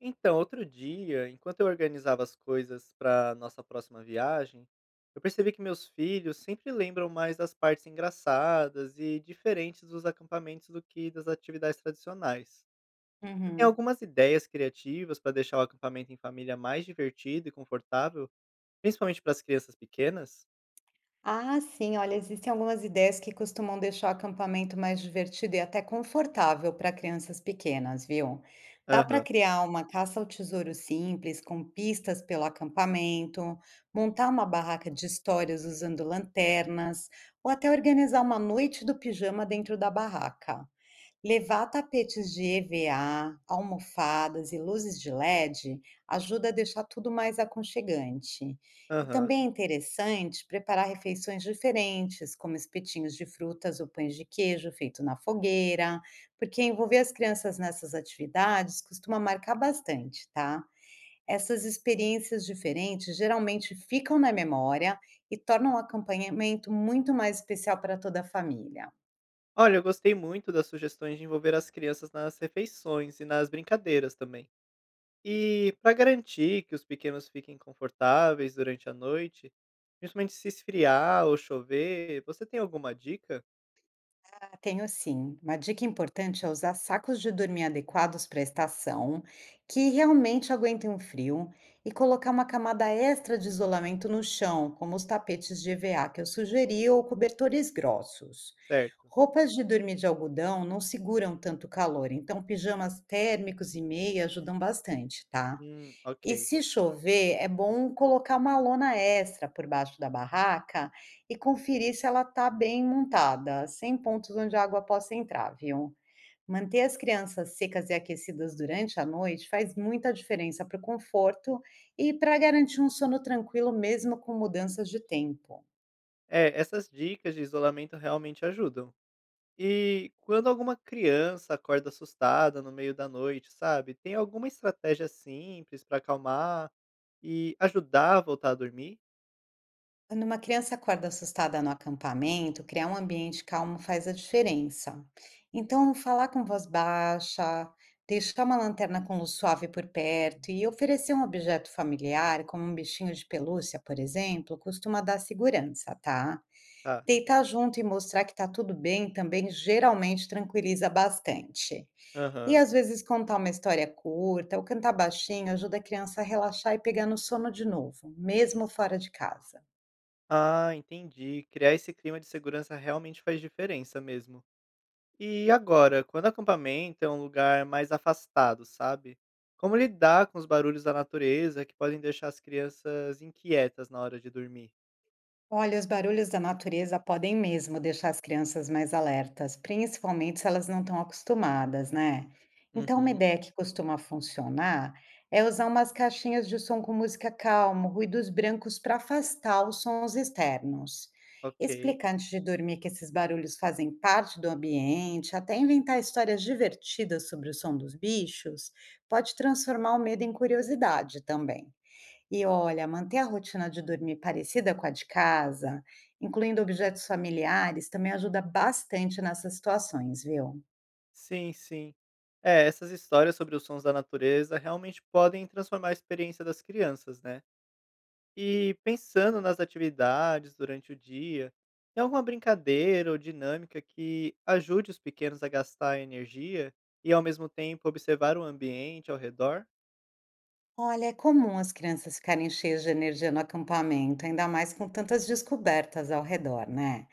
Então, outro dia, enquanto eu organizava as coisas para nossa próxima viagem, eu percebi que meus filhos sempre lembram mais das partes engraçadas e diferentes dos acampamentos do que das atividades tradicionais. Você tem Uhum. algumas ideias criativas para deixar o acampamento em família mais divertido e confortável, principalmente para as crianças pequenas? Ah, sim, olha, existem algumas ideias que costumam deixar o acampamento mais divertido e até confortável para crianças pequenas, viu? Dá para Aham, criar uma caça ao tesouro simples, com pistas pelo acampamento, montar uma barraca de histórias usando lanternas, ou até organizar uma noite do pijama dentro da barraca. Levar tapetes de EVA, almofadas e luzes de LED ajuda a deixar tudo mais aconchegante. E aham. também é interessante preparar refeições diferentes, como espetinhos de frutas ou pães de queijo feito na fogueira, porque envolver as crianças nessas atividades costuma marcar bastante, tá? Essas experiências diferentes geralmente ficam na memória e tornam o acompanhamento muito mais especial para toda a família. Olha, eu gostei muito das sugestões de envolver as crianças nas refeições e nas brincadeiras também. E para garantir que os pequenos fiquem confortáveis durante a noite, principalmente se esfriar ou chover, você tem alguma dica? Ah, tenho sim. Uma dica importante é usar sacos de dormir adequados para a estação, que realmente aguentem o frio, e colocar uma camada extra de isolamento no chão, como os tapetes de EVA que eu sugeri ou cobertores grossos. Certo. Roupas de dormir de algodão não seguram tanto calor, então pijamas térmicos e meia ajudam bastante, tá? E Ok. se chover, é bom colocar uma lona extra por baixo da barraca e conferir se ela está bem montada, sem pontos onde a água possa entrar, viu? Manter as crianças secas e aquecidas durante a noite faz muita diferença para o conforto e para garantir um sono tranquilo mesmo com mudanças de tempo. É, essas dicas de isolamento realmente ajudam. E quando alguma criança acorda assustada no meio da noite, sabe? Tem alguma estratégia simples para acalmar e ajudar a voltar a dormir? Quando uma criança acorda assustada no acampamento, criar um ambiente calmo faz a diferença. Então, falar com voz baixa, deixar uma lanterna com luz suave por perto e oferecer um objeto familiar, como um bichinho de pelúcia, por exemplo, costuma dar segurança, tá? Tá. Deitar junto e mostrar que tá tudo bem também geralmente tranquiliza bastante. E Aham. às vezes contar uma história curta ou cantar baixinho ajuda a criança a relaxar e pegar no sono de novo, mesmo fora de casa. Ah, entendi. Criar esse clima de segurança realmente faz diferença mesmo. E agora, quando o acampamento é um lugar mais afastado, sabe? Como lidar com os barulhos da natureza que podem deixar as crianças inquietas na hora de dormir? Olha, os barulhos da natureza podem mesmo deixar as crianças mais alertas, principalmente se elas não estão acostumadas, né? Então, uma Uhum. ideia que costuma funcionar é usar umas caixinhas de som com música calma, ruídos brancos para afastar os sons externos. Ok. Explicar antes de dormir que esses barulhos fazem parte do ambiente, até inventar histórias divertidas sobre o som dos bichos, pode transformar o medo em curiosidade também. E olha, manter a rotina de dormir parecida com a de casa, incluindo objetos familiares, também ajuda bastante nessas situações, viu? Sim, sim. É, essas histórias sobre os sons da natureza realmente podem transformar a experiência das crianças, né? E pensando nas atividades durante o dia, tem alguma brincadeira ou dinâmica que ajude os pequenos a gastar energia e ao mesmo tempo observar o ambiente ao redor? Olha, é comum as crianças ficarem cheias de energia no acampamento, ainda mais com tantas descobertas ao redor, né?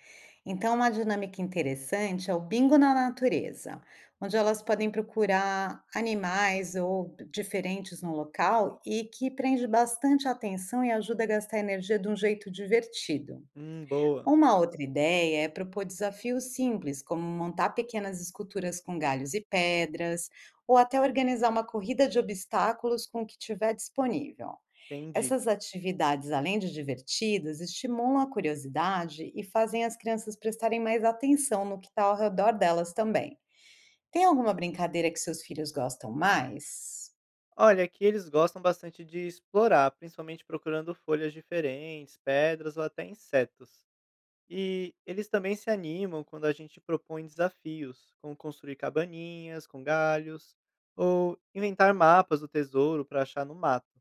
Então, uma dinâmica interessante é o bingo na natureza, onde elas podem procurar animais ou diferentes no local e que prende bastante atenção e ajuda a gastar energia de um jeito divertido. Boa, Uma outra ideia é propor desafios simples, como montar pequenas esculturas com galhos e pedras, ou até organizar uma corrida de obstáculos com o que tiver disponível. entendi. Essas atividades, além de divertidas, estimulam a curiosidade e fazem as crianças prestarem mais atenção no que está ao redor delas também. Tem alguma brincadeira que seus filhos gostam mais? Olha, aqui eles gostam bastante de explorar, principalmente procurando folhas diferentes, pedras ou até insetos. E eles também se animam quando a gente propõe desafios, como construir cabaninhas com galhos, ou inventar mapas do tesouro para achar no mato.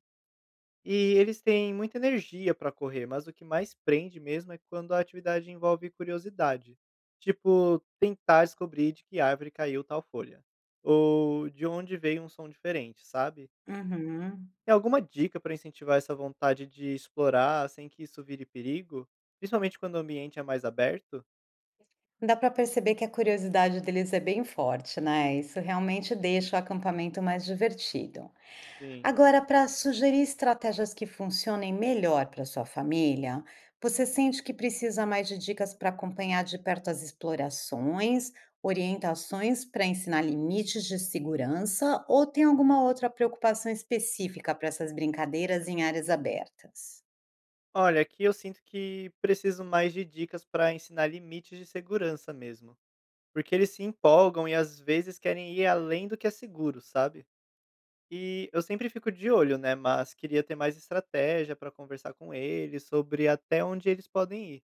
E eles têm muita energia para correr, mas o que mais prende mesmo é quando a atividade envolve curiosidade. Tipo, tentar descobrir de que árvore caiu tal folha. Ou de onde veio um som diferente, sabe? Uhum. Tem alguma dica para incentivar essa vontade de explorar sem que isso vire perigo? Principalmente quando o ambiente é mais aberto? Dá para perceber que a curiosidade deles é bem forte, né? Isso realmente deixa o acampamento mais divertido. Sim. Agora, para sugerir estratégias que funcionem melhor para sua família, você sente que precisa mais de dicas para acompanhar de perto as explorações, orientações para ensinar limites de segurança, ou tem alguma outra preocupação específica para essas brincadeiras em áreas abertas? Olha, aqui eu sinto que preciso mais de dicas para ensinar limites de segurança mesmo. Porque eles se empolgam e às vezes querem ir além do que é seguro, sabe? E eu sempre fico de olho, né, mas queria ter mais estratégia para conversar com eles sobre até onde eles podem ir,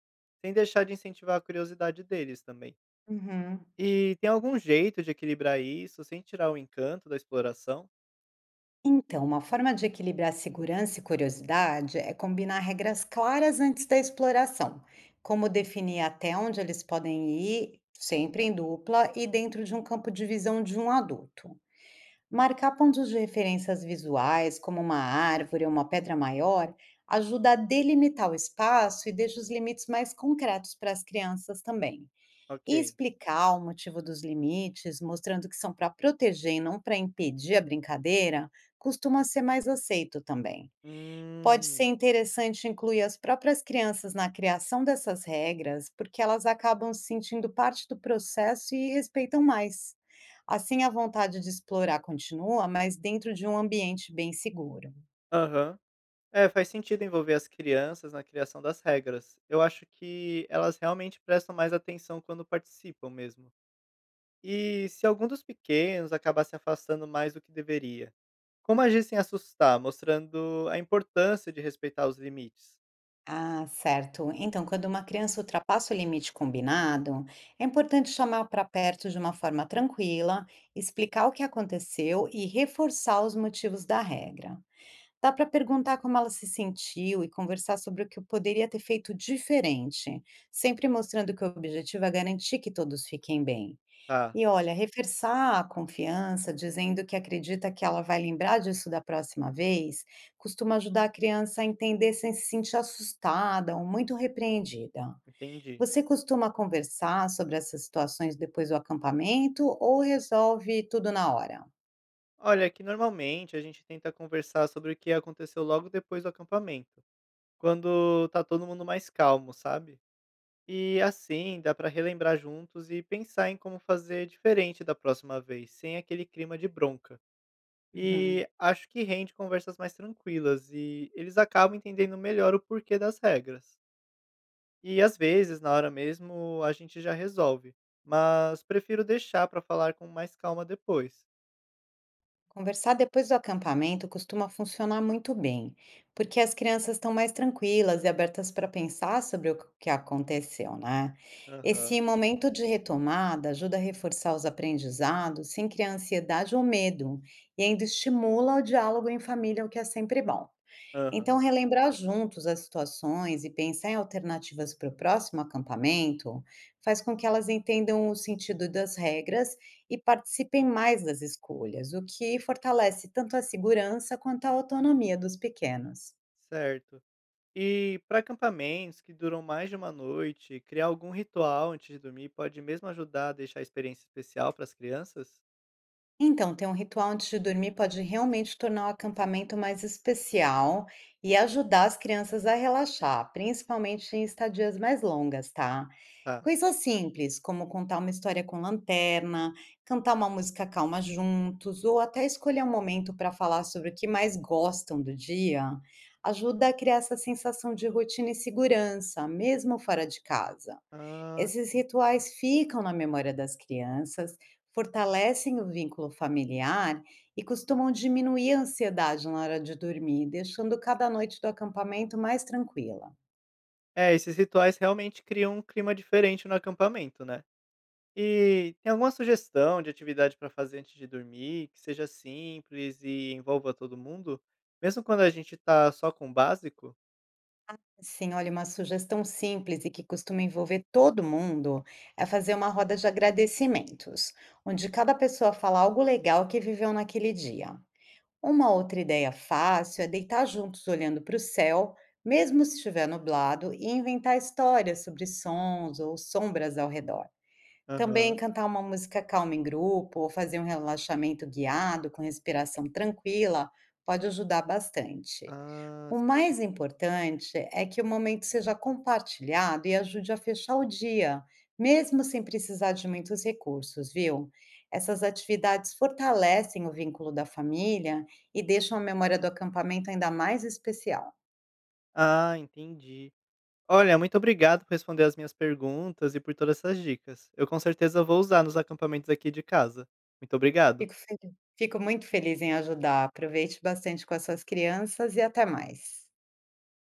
sem deixar de incentivar a curiosidade deles também. Uhum. E tem algum jeito de equilibrar isso sem tirar o encanto da exploração? Então, uma forma de equilibrar segurança e curiosidade é combinar regras claras antes da exploração, como definir até onde eles podem ir, sempre em dupla e dentro de um campo de visão de um adulto. Marcar pontos de referências visuais, como uma árvore ou uma pedra maior, ajuda a delimitar o espaço e deixa os limites mais concretos para as crianças também. E Ok. explicar o motivo dos limites, mostrando que são para proteger e não para impedir a brincadeira, costuma ser mais aceito também. Pode ser Hum. interessante incluir as próprias crianças na criação dessas regras, porque elas acabam se sentindo parte do processo e respeitam mais. Assim, a vontade de explorar continua, mas dentro de um ambiente bem seguro. Aham. É, faz sentido envolver as crianças na criação das regras. Eu acho que elas realmente prestam mais atenção quando participam mesmo. E se algum dos pequenos acabar se afastando mais do que deveria? Como agir sem assustar? Mostrando a importância de respeitar os limites. Ah, certo. Então, quando uma criança ultrapassa o limite combinado, é importante chamar para perto de uma forma tranquila, explicar o que aconteceu e reforçar os motivos da regra. Dá para perguntar como ela se sentiu e conversar sobre o que poderia ter feito diferente, sempre mostrando que o objetivo é garantir que todos fiquem bem. Tá, E olha, reforçar a confiança dizendo que acredita que ela vai lembrar disso da próxima vez, costuma ajudar a criança a entender sem se sentir assustada ou muito repreendida. entendi. Você costuma conversar sobre essas situações depois do acampamento ou resolve tudo na hora? Olha, que normalmente a gente tenta conversar sobre o que aconteceu logo depois do acampamento, quando tá todo mundo mais calmo, sabe? E assim dá pra relembrar juntos e pensar em como fazer diferente da próxima vez, sem aquele clima de bronca. Uhum. E acho que rende conversas mais tranquilas e eles acabam entendendo melhor o porquê das regras. E às vezes, na hora mesmo, a gente já resolve, mas prefiro deixar pra falar com mais calma depois. Conversar depois do acampamento costuma funcionar muito bem, porque as crianças estão mais tranquilas e abertas para pensar sobre o que aconteceu, né? Esse Aham. momento de retomada ajuda a reforçar os aprendizados sem criar ansiedade ou medo, e ainda estimula o diálogo em família, o que é sempre bom. Então, Aham, relembrar juntos as situações e pensar em alternativas para o próximo acampamento faz com que elas entendam o sentido das regras e participem mais das escolhas, o que fortalece tanto a segurança quanto a autonomia dos pequenos. certo. E para acampamentos que duram mais de uma noite, criar algum ritual antes de dormir pode mesmo ajudar a deixar a experiência especial para as crianças? Então, ter um ritual antes de dormir pode realmente tornar o acampamento mais especial e ajudar as crianças a relaxar, principalmente em estadias mais longas, tá? Tá. Coisas simples, como contar uma história com lanterna, cantar uma música calma juntos, ou até escolher um momento para falar sobre o que mais gostam do dia, ajuda a criar essa sensação de rotina e segurança, mesmo fora de casa. Ah, Esses sim. rituais ficam na memória das crianças, fortalecem o vínculo familiar e costumam diminuir a ansiedade na hora de dormir, deixando cada noite do acampamento mais tranquila. É, esses rituais realmente criam um clima diferente no acampamento, né? E tem alguma sugestão de atividade para fazer antes de dormir, que seja simples e envolva todo mundo? Mesmo quando a gente tá só com o básico? Sim, olha, uma sugestão simples e que costuma envolver todo mundo é fazer uma roda de agradecimentos, onde cada pessoa fala algo legal que viveu naquele dia. Uma outra ideia fácil é deitar juntos olhando para o céu, mesmo se estiver nublado, e inventar histórias sobre sons ou sombras ao redor. Também Aham. cantar uma música calma em grupo ou fazer um relaxamento guiado com respiração tranquila pode ajudar bastante. Ah, O sim. mais importante é que o momento seja compartilhado e ajude a fechar o dia, mesmo sem precisar de muitos recursos, viu? Essas atividades fortalecem o vínculo da família e deixam a memória do acampamento ainda mais especial. Ah, entendi. Olha, muito obrigado por responder as minhas perguntas e por todas essas dicas. Eu com certeza vou usar nos acampamentos aqui de casa. Muito obrigado. Fico muito feliz em ajudar. Aproveite bastante com as suas crianças e até mais.